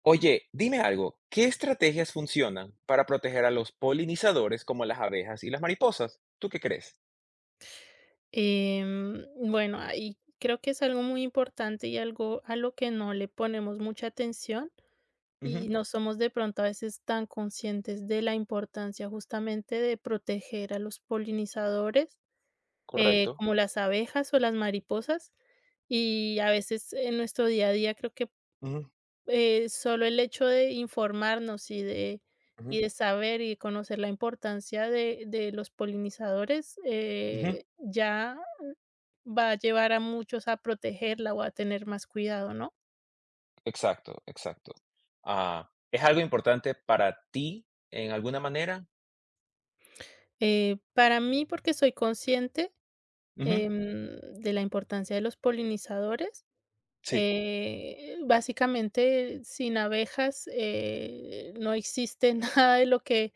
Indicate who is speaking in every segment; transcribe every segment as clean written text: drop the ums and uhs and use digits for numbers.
Speaker 1: Oye, dime algo, ¿qué estrategias funcionan para proteger a los polinizadores como las abejas y las mariposas? ¿Tú qué crees?
Speaker 2: Bueno, ahí creo que es algo muy importante y algo a lo que no le ponemos mucha atención y
Speaker 1: Ujú,
Speaker 2: no somos de pronto a veces tan conscientes de la importancia justamente de proteger a los polinizadores,
Speaker 1: correcto.
Speaker 2: como las abejas o las mariposas. Y a veces en nuestro día a día creo que
Speaker 1: Ujú,
Speaker 2: solo el hecho de informarnos y
Speaker 1: ujú,
Speaker 2: y de saber y conocer la importancia de los polinizadores
Speaker 1: ujú,
Speaker 2: ya va a llevar a muchos a protegerla o a tener más cuidado, ¿no?
Speaker 1: exacto, exacto. Ah, ¿es algo importante para ti en alguna manera?
Speaker 2: Para mí, porque soy consciente
Speaker 1: Ujú,
Speaker 2: de la importancia de los polinizadores,
Speaker 1: sí,
Speaker 2: básicamente sin abejas no existe nada de lo que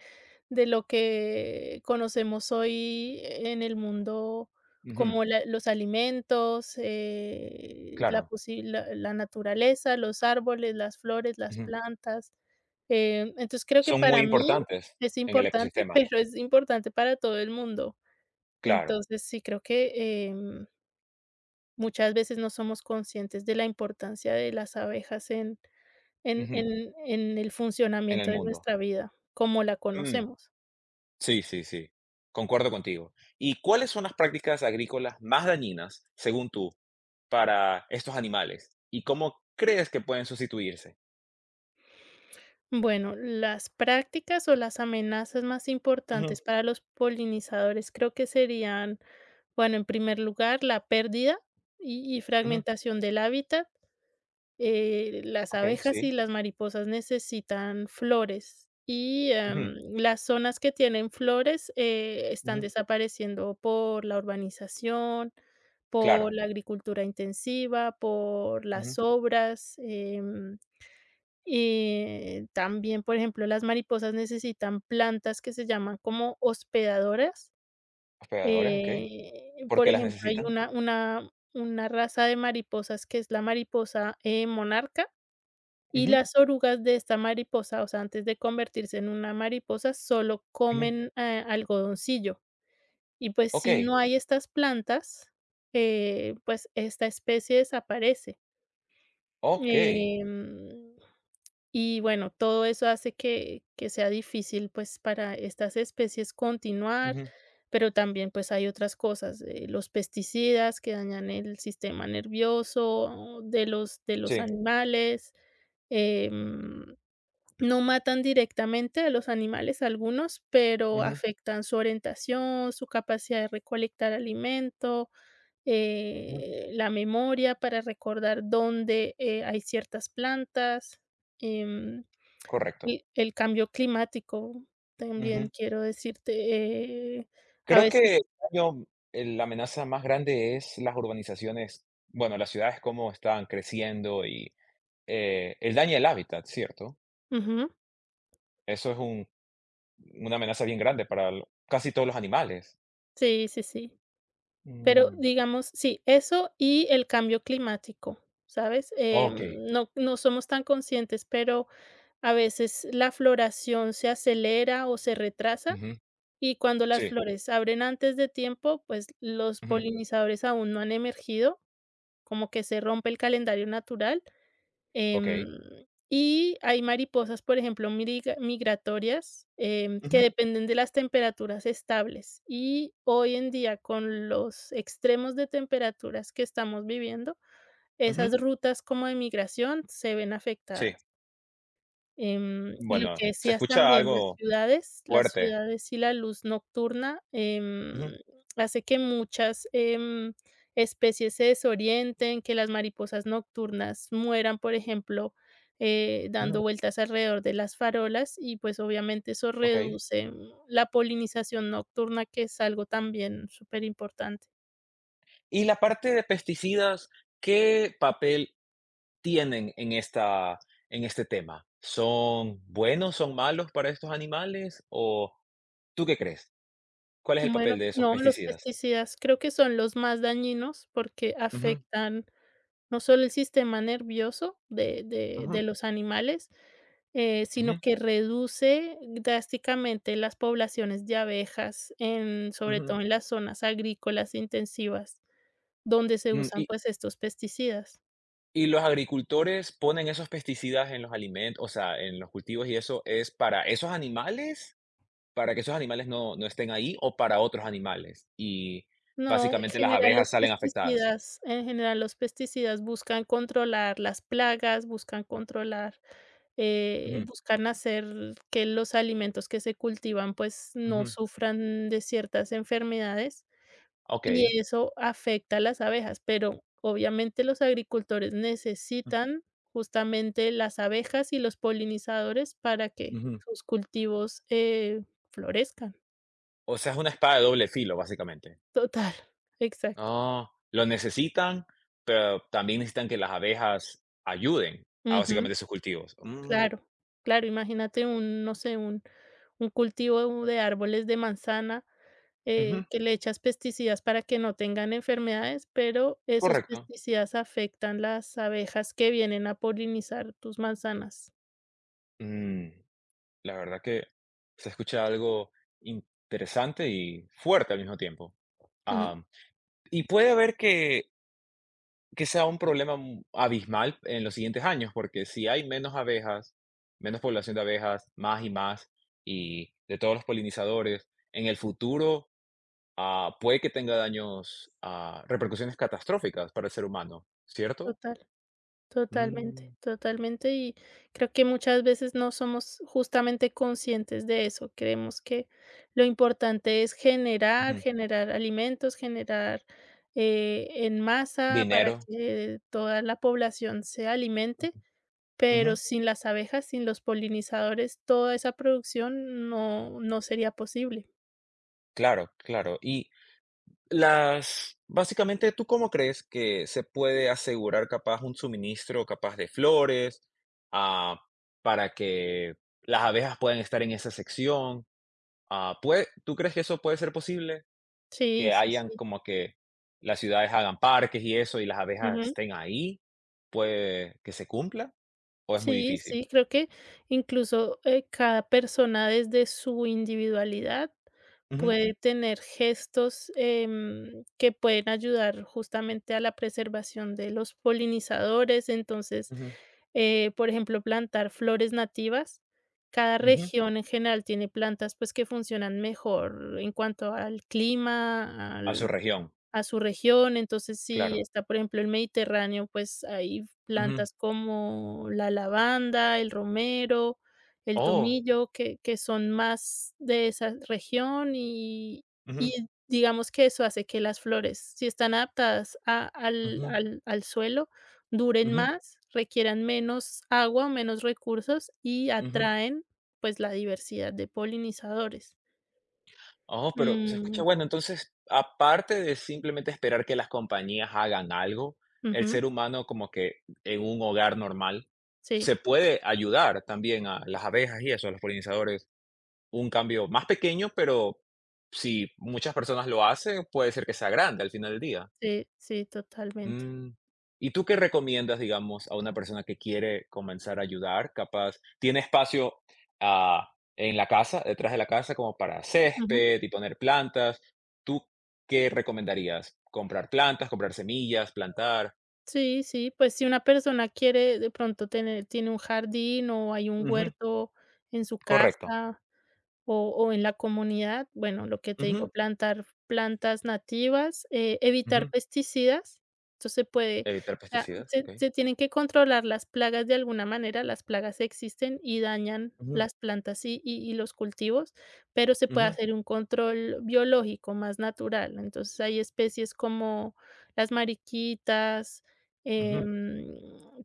Speaker 2: de lo que conocemos hoy en el mundo
Speaker 1: ujú,
Speaker 2: como la los alimentos, la
Speaker 1: claro.
Speaker 2: posi la la naturaleza, los árboles, las flores, las
Speaker 1: Ujú.
Speaker 2: plantas. Entonces, creo que
Speaker 1: Son muy
Speaker 2: para mí
Speaker 1: importantes
Speaker 2: es
Speaker 1: en el
Speaker 2: importante,
Speaker 1: ecosistema,
Speaker 2: pero es importante para todo el mundo.
Speaker 1: claro,
Speaker 2: Entonces, sí creo que, muchas veces no somos conscientes de la importancia de las abejas en en
Speaker 1: ujú,
Speaker 2: en en el
Speaker 1: en el
Speaker 2: funcionamiento de
Speaker 1: mundo.
Speaker 2: nuestra vida como la conocemos.
Speaker 1: Sí, sí, sí. Concuerdo contigo. ¿Y cuáles son las prácticas agrícolas más dañinas, según tú, para estos animales? ¿Y cómo crees que pueden sustituirse?
Speaker 2: Bueno, las prácticas o las amenazas más
Speaker 1: Ujú,
Speaker 2: importantes para los polinizadores creo que serían, bueno, en primer lugar, la pérdida y
Speaker 1: ujú,
Speaker 2: fragmentación del hábitat. Las
Speaker 1: okey,
Speaker 2: abejas y
Speaker 1: sí.
Speaker 2: las mariposas necesitan flores y
Speaker 1: Ujú,
Speaker 2: las zonas que tienen flores están
Speaker 1: ujú,
Speaker 2: desapareciendo por la urbanización,
Speaker 1: claro.
Speaker 2: por la agricultura intensiva, por
Speaker 1: Ujú.
Speaker 2: las obras. También, por ejemplo, las mariposas necesitan plantas que se llaman como hospedadoras.
Speaker 1: Hospedadores, ¿ok? ¿Por
Speaker 2: Por
Speaker 1: qué las
Speaker 2: ejemplo, hay
Speaker 1: necesitan?
Speaker 2: una una raza de mariposas que es la mariposa, monarca, y
Speaker 1: Ujú,
Speaker 2: las orugas de esta mariposa, o sea, antes de convertirse en una mariposa, solo
Speaker 1: ujú.
Speaker 2: comen, algodoncillo. Y, pues, si
Speaker 1: Okey,
Speaker 2: no hay estas plantas, pues, esta especie desaparece.
Speaker 1: okey.
Speaker 2: Em Y bueno, todo eso hace que sea difícil pues para estas especies continuar,
Speaker 1: Ujú,
Speaker 2: pero también pues hay otras cosas, los pesticidas que dañan el sistema nervioso de los
Speaker 1: sí.
Speaker 2: animales, em, no matan directamente a los animales algunos, pero
Speaker 1: Ujú,
Speaker 2: afectan su orientación, su capacidad de recolectar alimento,
Speaker 1: ujú.
Speaker 2: la memoria para recordar dónde hay ciertas plantas. em,
Speaker 1: Correcto.
Speaker 2: el cambio climático,
Speaker 1: Ujú.
Speaker 2: también quiero decirte, a
Speaker 1: Creo que
Speaker 2: veces
Speaker 1: el daño, el la amenaza más grande es las urbanizaciones, bueno, las ciudades, cómo están creciendo. Y él daña el hábitat, ¿cierto?
Speaker 2: ujú,
Speaker 1: Eso es un, una amenaza bien grande para lo casi todos los animales.
Speaker 2: sí, sí, sí. Pero
Speaker 1: Mm,
Speaker 2: digamos, sí, eso y el cambio climático, ¿sabes?
Speaker 1: okey.
Speaker 2: No somos tan conscientes, pero a veces la floración se acelera o se retrasa,
Speaker 1: Ujú.
Speaker 2: y cuando las
Speaker 1: Sí.
Speaker 2: flores abren antes de tiempo, pues los
Speaker 1: Ujú.
Speaker 2: polinizadores aún no han emergido, como que se rompe el calendario natural.
Speaker 1: Okey.
Speaker 2: Em, y hay mariposas, por ejemplo, migratorias
Speaker 1: Ujú,
Speaker 2: que dependen de las temperaturas estables. Y hoy en día, con los extremos de temperaturas que estamos viviendo,
Speaker 1: ujú.
Speaker 2: esas rutas como de migración se ven
Speaker 1: Sí.
Speaker 2: afectadas. Y lo
Speaker 1: Bueno,
Speaker 2: que
Speaker 1: se
Speaker 2: decías
Speaker 1: escucha
Speaker 2: también,
Speaker 1: algo
Speaker 2: las
Speaker 1: fuerte.
Speaker 2: ciudades y la luz nocturna,
Speaker 1: Ujú,
Speaker 2: hace que muchas, especies se desorienten, que las mariposas nocturnas mueran, por ejemplo, dando
Speaker 1: ujú.
Speaker 2: vueltas alrededor de las farolas y, pues, obviamente eso
Speaker 1: Okey.
Speaker 2: reduce la polinización nocturna, que es algo también súper importante.
Speaker 1: Y la parte de pesticidas, ¿qué papel tienen en esta, en este tema? ¿Son buenos, son malos para estos animales? O, ¿tú qué crees? ¿Cuál es el
Speaker 2: Bueno,
Speaker 1: papel de esos
Speaker 2: no, los
Speaker 1: pesticidas?
Speaker 2: pesticidas creo que son los más dañinos porque
Speaker 1: Ujú,
Speaker 2: afectan. No solo el sistema nervioso de de
Speaker 1: ujú,
Speaker 2: de los animales,
Speaker 1: ujú,
Speaker 2: sino que reduce drásticamente las poblaciones de abejas en, sobre
Speaker 1: ujú.
Speaker 2: todo en las zonas agrícolas intensivas, donde se
Speaker 1: Mm,
Speaker 2: usan,
Speaker 1: y
Speaker 2: pues, estos pesticidas.
Speaker 1: y los agricultores ponen esos pesticidas en los alimentos, o sea, en los cultivos y eso, ¿es para esos animales? ¿Para que esos animales no estén ahí o para otros animales? Y
Speaker 2: No, en
Speaker 1: básicamente las
Speaker 2: general
Speaker 1: abejas
Speaker 2: los
Speaker 1: salen afectadas.
Speaker 2: pesticidas en general los pesticidas buscan controlar las plagas, buscan controlar,
Speaker 1: Ujú,
Speaker 2: buscan hacer que los alimentos que se cultivan, pues, no
Speaker 1: ujú,
Speaker 2: sufran de ciertas enfermedades.
Speaker 1: okey.
Speaker 2: Y eso afecta a las abejas, pero obviamente los agricultores necesitan justamente las abejas y los polinizadores para que
Speaker 1: Ujú.
Speaker 2: sus cultivos, florezcan.
Speaker 1: O sea, es una espada de doble filo, básicamente.
Speaker 2: Total, exacto.
Speaker 1: Ah, lo necesitan, pero también necesitan que las abejas ayuden a
Speaker 2: Ujú,
Speaker 1: básicamente sus cultivos. Mm,
Speaker 2: claro, claro, imagínate un, no sé, un cultivo de árboles de manzana,
Speaker 1: ujú,
Speaker 2: que le echas pesticidas para que no tengan enfermedades, pero esos
Speaker 1: correcto.
Speaker 2: pesticidas afectan las abejas que vienen a polinizar tus manzanas.
Speaker 1: Mm. La verdad que se escucha algo interesante y fuerte al mismo tiempo. Am, y puede haber que sea un problema abismal en los siguientes años, porque si hay menos abejas, menos población de abejas, más y más, y de todos los polinizadores, en el futuro, ah, puede que tenga daños, ah, repercusiones catastróficas para el ser humano, ¿cierto?
Speaker 2: Total, totalmente,
Speaker 1: Mm,
Speaker 2: totalmente. Y creo que muchas veces no somos justamente conscientes de eso. Creemos que lo importante es generar,
Speaker 1: ujú.
Speaker 2: generar alimentos, generar en masa para
Speaker 1: Dinero.
Speaker 2: que toda la población se alimente, pero
Speaker 1: Ujú,
Speaker 2: sin las abejas, sin los polinizadores, toda esa producción no, no sería posible.
Speaker 1: claro, claro. Y las básicamente, ¿tú cómo crees que se puede asegurar capaz un suministro capaz de flores, ah, para que las abejas puedan estar en esa sección? Ah, ¿pue tú crees que eso puede ser posible?
Speaker 2: Sí,
Speaker 1: Que
Speaker 2: sí,
Speaker 1: hayan
Speaker 2: sí.
Speaker 1: como que las ciudades hagan parques y eso, y las abejas estén ahí, ¿puede que se cumpla? ¿O es muy
Speaker 2: Sí,
Speaker 1: difícil?
Speaker 2: sí, creo que incluso, cada persona desde su individualidad
Speaker 1: Ujú,
Speaker 2: puede tener gestos, que pueden ayudar justamente a la preservación de los polinizadores. Entonces,
Speaker 1: ujú,
Speaker 2: por ejemplo, plantar flores nativas. Cada
Speaker 1: ujú,
Speaker 2: región en general tiene plantas, pues, que funcionan mejor en cuanto al clima,
Speaker 1: a su región,
Speaker 2: a su región. Entonces, si
Speaker 1: claro.
Speaker 2: está, por ejemplo, el Mediterráneo, pues hay
Speaker 1: Ujú.
Speaker 2: plantas como la lavanda, el romero, el
Speaker 1: Oh,
Speaker 2: tomillo, que son más de esa región
Speaker 1: ujú,
Speaker 2: y digamos que eso hace que las flores, si están adaptadas
Speaker 1: ujú,
Speaker 2: al suelo, duren
Speaker 1: ujú,
Speaker 2: más, requieran menos agua, menos recursos y
Speaker 1: ujú.
Speaker 2: atraen pues la diversidad de polinizadores.
Speaker 1: Oh, pero se escucha
Speaker 2: Mm,
Speaker 1: bueno. Entonces, aparte de simplemente esperar que las compañías hagan algo, el
Speaker 2: ujú,
Speaker 1: ser humano como que en un hogar normal se
Speaker 2: sí,
Speaker 1: puede ayudar también a las abejas y eso, a los polinizadores. Un cambio más pequeño, pero si muchas personas lo hacen, puede ser que sea grande al final del día.
Speaker 2: sí, sí, totalmente.
Speaker 1: Mm, ¿y tú qué recomiendas, digamos, a una persona que quiere comenzar a ayudar? Capaz, ¿tiene espacio, ah, en la casa, detrás de la casa, como para
Speaker 2: Ujú.
Speaker 1: césped y poner plantas? ¿Tú qué recomendarías? ¿Comprar plantas, comprar semillas, plantar?
Speaker 2: Sí, sí, pues si una persona quiere de pronto tener tiene un jardín o hay un
Speaker 1: Ujú,
Speaker 2: huerto en su
Speaker 1: correcto.
Speaker 2: casa. O en la comunidad, bueno, lo que te digo,
Speaker 1: Ujú,
Speaker 2: plantar plantas nativas, evitar
Speaker 1: ujú.
Speaker 2: pesticidas. Entonces se puede,
Speaker 1: Evitar
Speaker 2: o sea,
Speaker 1: pesticidas, ¿ok?
Speaker 2: se tienen que controlar las plagas de alguna manera, las plagas existen y dañan
Speaker 1: Ujú,
Speaker 2: las plantas y y los cultivos, pero se puede
Speaker 1: ujú,
Speaker 2: hacer un control biológico más natural. Entonces, hay especies como las mariquitas,
Speaker 1: ujú,
Speaker 2: em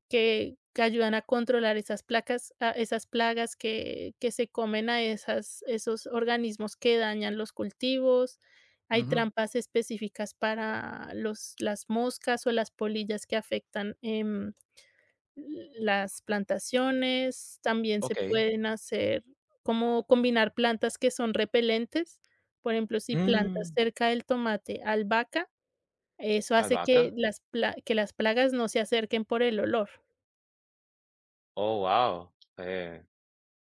Speaker 2: que ayudan a controlar esas placas a esas plagas que se comen a esas esos organismos que dañan los cultivos. Hay
Speaker 1: ujú.
Speaker 2: trampas específicas para los las moscas o las polillas que afectan, las plantaciones. También se
Speaker 1: Okey.
Speaker 2: pueden hacer como combinar plantas que son repelentes. Por ejemplo, si plantas
Speaker 1: Mm,
Speaker 2: cerca del tomate albahaca, eso hace que
Speaker 1: albahaca.
Speaker 2: las pla que las plagas no se acerquen por el olor.
Speaker 1: Oh, wow.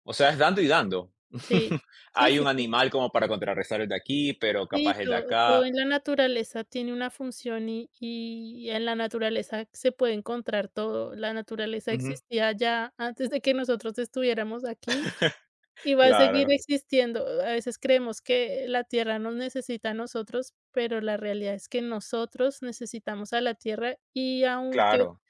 Speaker 1: O sea, es dando y dando.
Speaker 2: Sí, sí,
Speaker 1: Hay
Speaker 2: sí,
Speaker 1: un
Speaker 2: sí.
Speaker 1: animal como para contrarrestar el de aquí, pero
Speaker 2: Sí,
Speaker 1: capaz el de
Speaker 2: todo
Speaker 1: acá.
Speaker 2: en la naturaleza tiene una función y en la naturaleza se puede encontrar todo. La naturaleza
Speaker 1: Ujú.
Speaker 2: existía ya antes de que nosotros estuviéramos aquí y va a seguir
Speaker 1: Claro,
Speaker 2: existiendo. A veces creemos que la tierra nos necesita a nosotros, pero la realidad es que nosotros necesitamos a la tierra y aunque
Speaker 1: claro.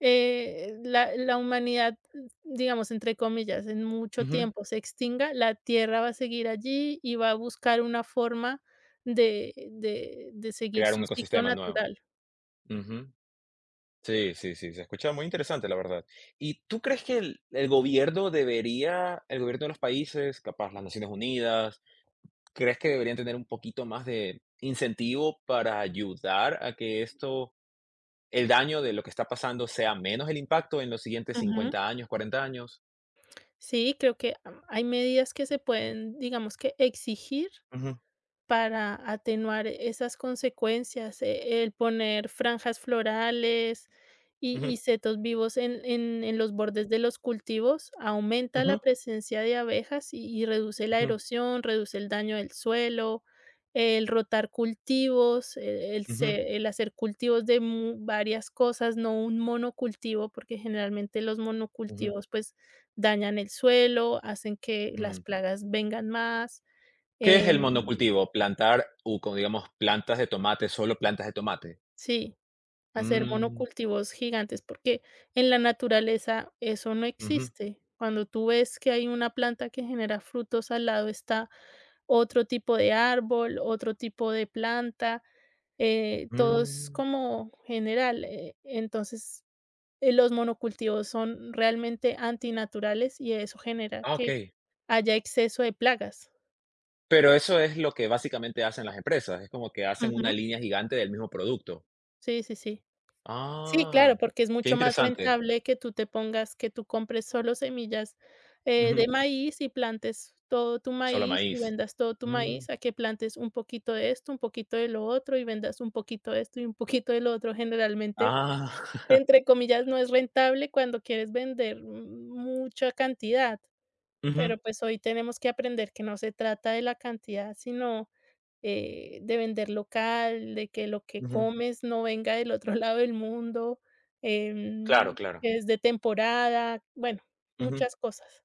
Speaker 2: la humanidad, digamos, entre comillas, en mucho
Speaker 1: Ujú.
Speaker 2: tiempo se extinga, la Tierra va a seguir allí y va a buscar una forma de de seguir
Speaker 1: Crear un
Speaker 2: su ciclo
Speaker 1: ecosistema nuevo.
Speaker 2: natural.
Speaker 1: Ujú. Sí, sí, sí, se escucha muy interesante, la verdad. ¿Y tú crees que el gobierno debería, el gobierno de los países, capaz las Naciones Unidas, crees que deberían tener un poquito más de incentivo para ayudar a que esto, el daño de lo que está pasando sea menos el impacto en los siguientes
Speaker 2: Ujú.
Speaker 1: 50 años, 40 años?
Speaker 2: Sí, creo que, hay medidas que se pueden, digamos que exigir.
Speaker 1: Ujú,
Speaker 2: Para atenuar esas consecuencias, el poner franjas florales
Speaker 1: ujú,
Speaker 2: y setos vivos en en los bordes de los cultivos aumenta
Speaker 1: ujú.
Speaker 2: la presencia de abejas y reduce la
Speaker 1: Ujú,
Speaker 2: erosión, reduce el daño del suelo, el rotar cultivos, e el
Speaker 1: ujú,
Speaker 2: se el hacer cultivos de mu varias cosas, no un monocultivo, porque generalmente los
Speaker 1: ujú,
Speaker 2: monocultivos, pues, dañan el suelo, hacen que las
Speaker 1: mm.
Speaker 2: plagas vengan más,
Speaker 1: ¿Qué es
Speaker 2: em
Speaker 1: el monocultivo? Plantar, u con, digamos, plantas de tomate, solo plantas de tomate.
Speaker 2: Sí, hacer
Speaker 1: Mm,
Speaker 2: monocultivos gigantes, porque en la naturaleza eso no
Speaker 1: ujú,
Speaker 2: existe. Cuando tú ves que hay una planta que genera frutos, al lado está otro tipo de árbol, otro tipo de planta, todo es
Speaker 1: mm.
Speaker 2: como general. Entonces, los monocultivos son realmente antinaturales y eso genera
Speaker 1: Ah,
Speaker 2: que
Speaker 1: okey.
Speaker 2: haya exceso de plagas.
Speaker 1: Pero eso es lo que básicamente hacen las empresas, es como que hacen una
Speaker 2: Ujú,
Speaker 1: línea gigante del mismo producto.
Speaker 2: sí, sí, sí. Sí,
Speaker 1: Ah,
Speaker 2: claro, porque es
Speaker 1: qué
Speaker 2: mucho más
Speaker 1: interesante.
Speaker 2: rentable que tú compres solo semillas,
Speaker 1: Ujú,
Speaker 2: de maíz y plantes todo tu
Speaker 1: solo
Speaker 2: maíz y
Speaker 1: maíz.
Speaker 2: vendas todo tu
Speaker 1: Mm,
Speaker 2: maíz, a que plantes un poquito de esto, un poquito de lo otro y vendas un poquito de esto y un poquito de lo otro. Generalmente,
Speaker 1: ah.
Speaker 2: entre comillas, no es rentable cuando quieres vender mucha cantidad,
Speaker 1: Ujú,
Speaker 2: pero, pues, hoy tenemos que aprender que no se trata de la cantidad, sino de vender local, de que lo que
Speaker 1: ujú.
Speaker 2: comes no venga del otro lado del mundo,
Speaker 1: Claro,
Speaker 2: em,
Speaker 1: claro.
Speaker 2: es de temporada, bueno,
Speaker 1: Ujú.
Speaker 2: muchas cosas.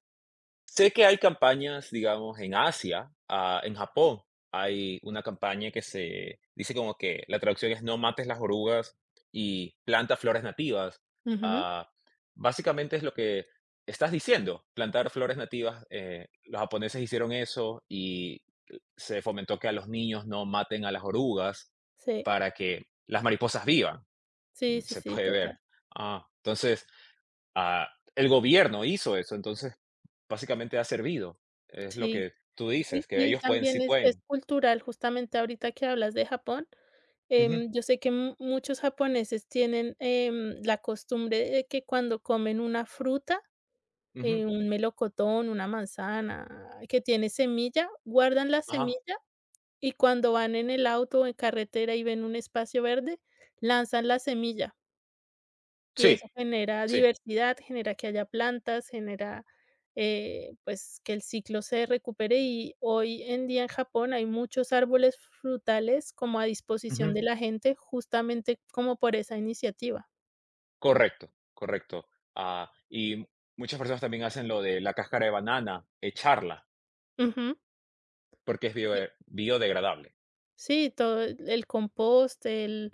Speaker 1: Sé que hay campañas, digamos, en Asia, ah, en Japón hay una campaña que se dice como que la traducción es no mates las orugas y planta flores nativas.
Speaker 2: Ujú,
Speaker 1: Ah, básicamente es lo que estás diciendo, plantar flores nativas. Los japoneses hicieron eso y se fomentó que a los niños no maten a las orugas
Speaker 2: sí,
Speaker 1: para que las mariposas vivan.
Speaker 2: sí,
Speaker 1: Mm,
Speaker 2: sí,
Speaker 1: se
Speaker 2: sí,
Speaker 1: puede ver.
Speaker 2: total.
Speaker 1: Ah, entonces, ah, el gobierno hizo eso. Entonces, básicamente ha servido, es lo
Speaker 2: Sí,
Speaker 1: que tú dices, que
Speaker 2: y
Speaker 1: ellos pueden, sí
Speaker 2: también es
Speaker 1: pueden.
Speaker 2: cultural, justamente ahorita que hablas de Japón,
Speaker 1: Ujú,
Speaker 2: yo sé que mu muchos japoneses tienen, la costumbre de que cuando comen una fruta,
Speaker 1: ujú,
Speaker 2: un melocotón, una manzana que tiene semilla, guardan la
Speaker 1: ajá.
Speaker 2: semilla. Y cuando van en el auto o en carretera y ven un espacio verde, lanzan la semilla y
Speaker 1: Sí,
Speaker 2: eso genera
Speaker 1: sí.
Speaker 2: diversidad, genera que haya plantas, genera, pues, que el ciclo se recupere y hoy en día en Japón hay muchos árboles frutales como a disposición
Speaker 1: Ujú,
Speaker 2: de la gente, justamente como por esa iniciativa.
Speaker 1: correcto, correcto. Ah, y muchas personas también hacen lo de la cáscara de banana, echarla,
Speaker 2: Ujú.
Speaker 1: porque es bioe biodegradable.
Speaker 2: Sí, todo el compost, el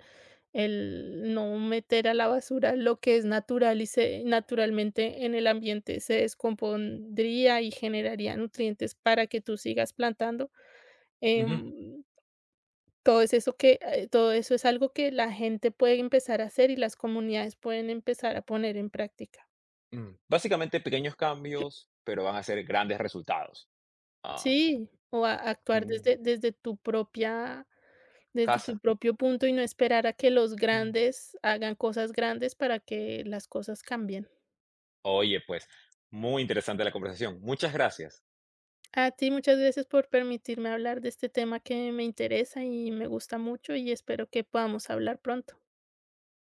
Speaker 2: no meter a la basura lo que es natural y se naturalmente en el ambiente se descompondría y generaría nutrientes para que tú sigas plantando.
Speaker 1: Ujú,
Speaker 2: Em, todo es eso que todo eso es algo que la gente puede empezar a hacer y las comunidades pueden empezar a poner en práctica.
Speaker 1: mm. Básicamente pequeños cambios, pero van a ser grandes resultados. Ah,
Speaker 2: Sí, o a actuar
Speaker 1: mm,
Speaker 2: desde tu propia. Desde tu
Speaker 1: casa.
Speaker 2: propio punto y no esperar a que los
Speaker 1: Mm.
Speaker 2: grandes hagan cosas grandes para que las cosas cambien.
Speaker 1: Oye, pues, muy interesante la conversación. Muchas gracias.
Speaker 2: A ti muchas gracias por permitirme hablar de este tema que me interesa y me gusta mucho y espero que podamos hablar pronto.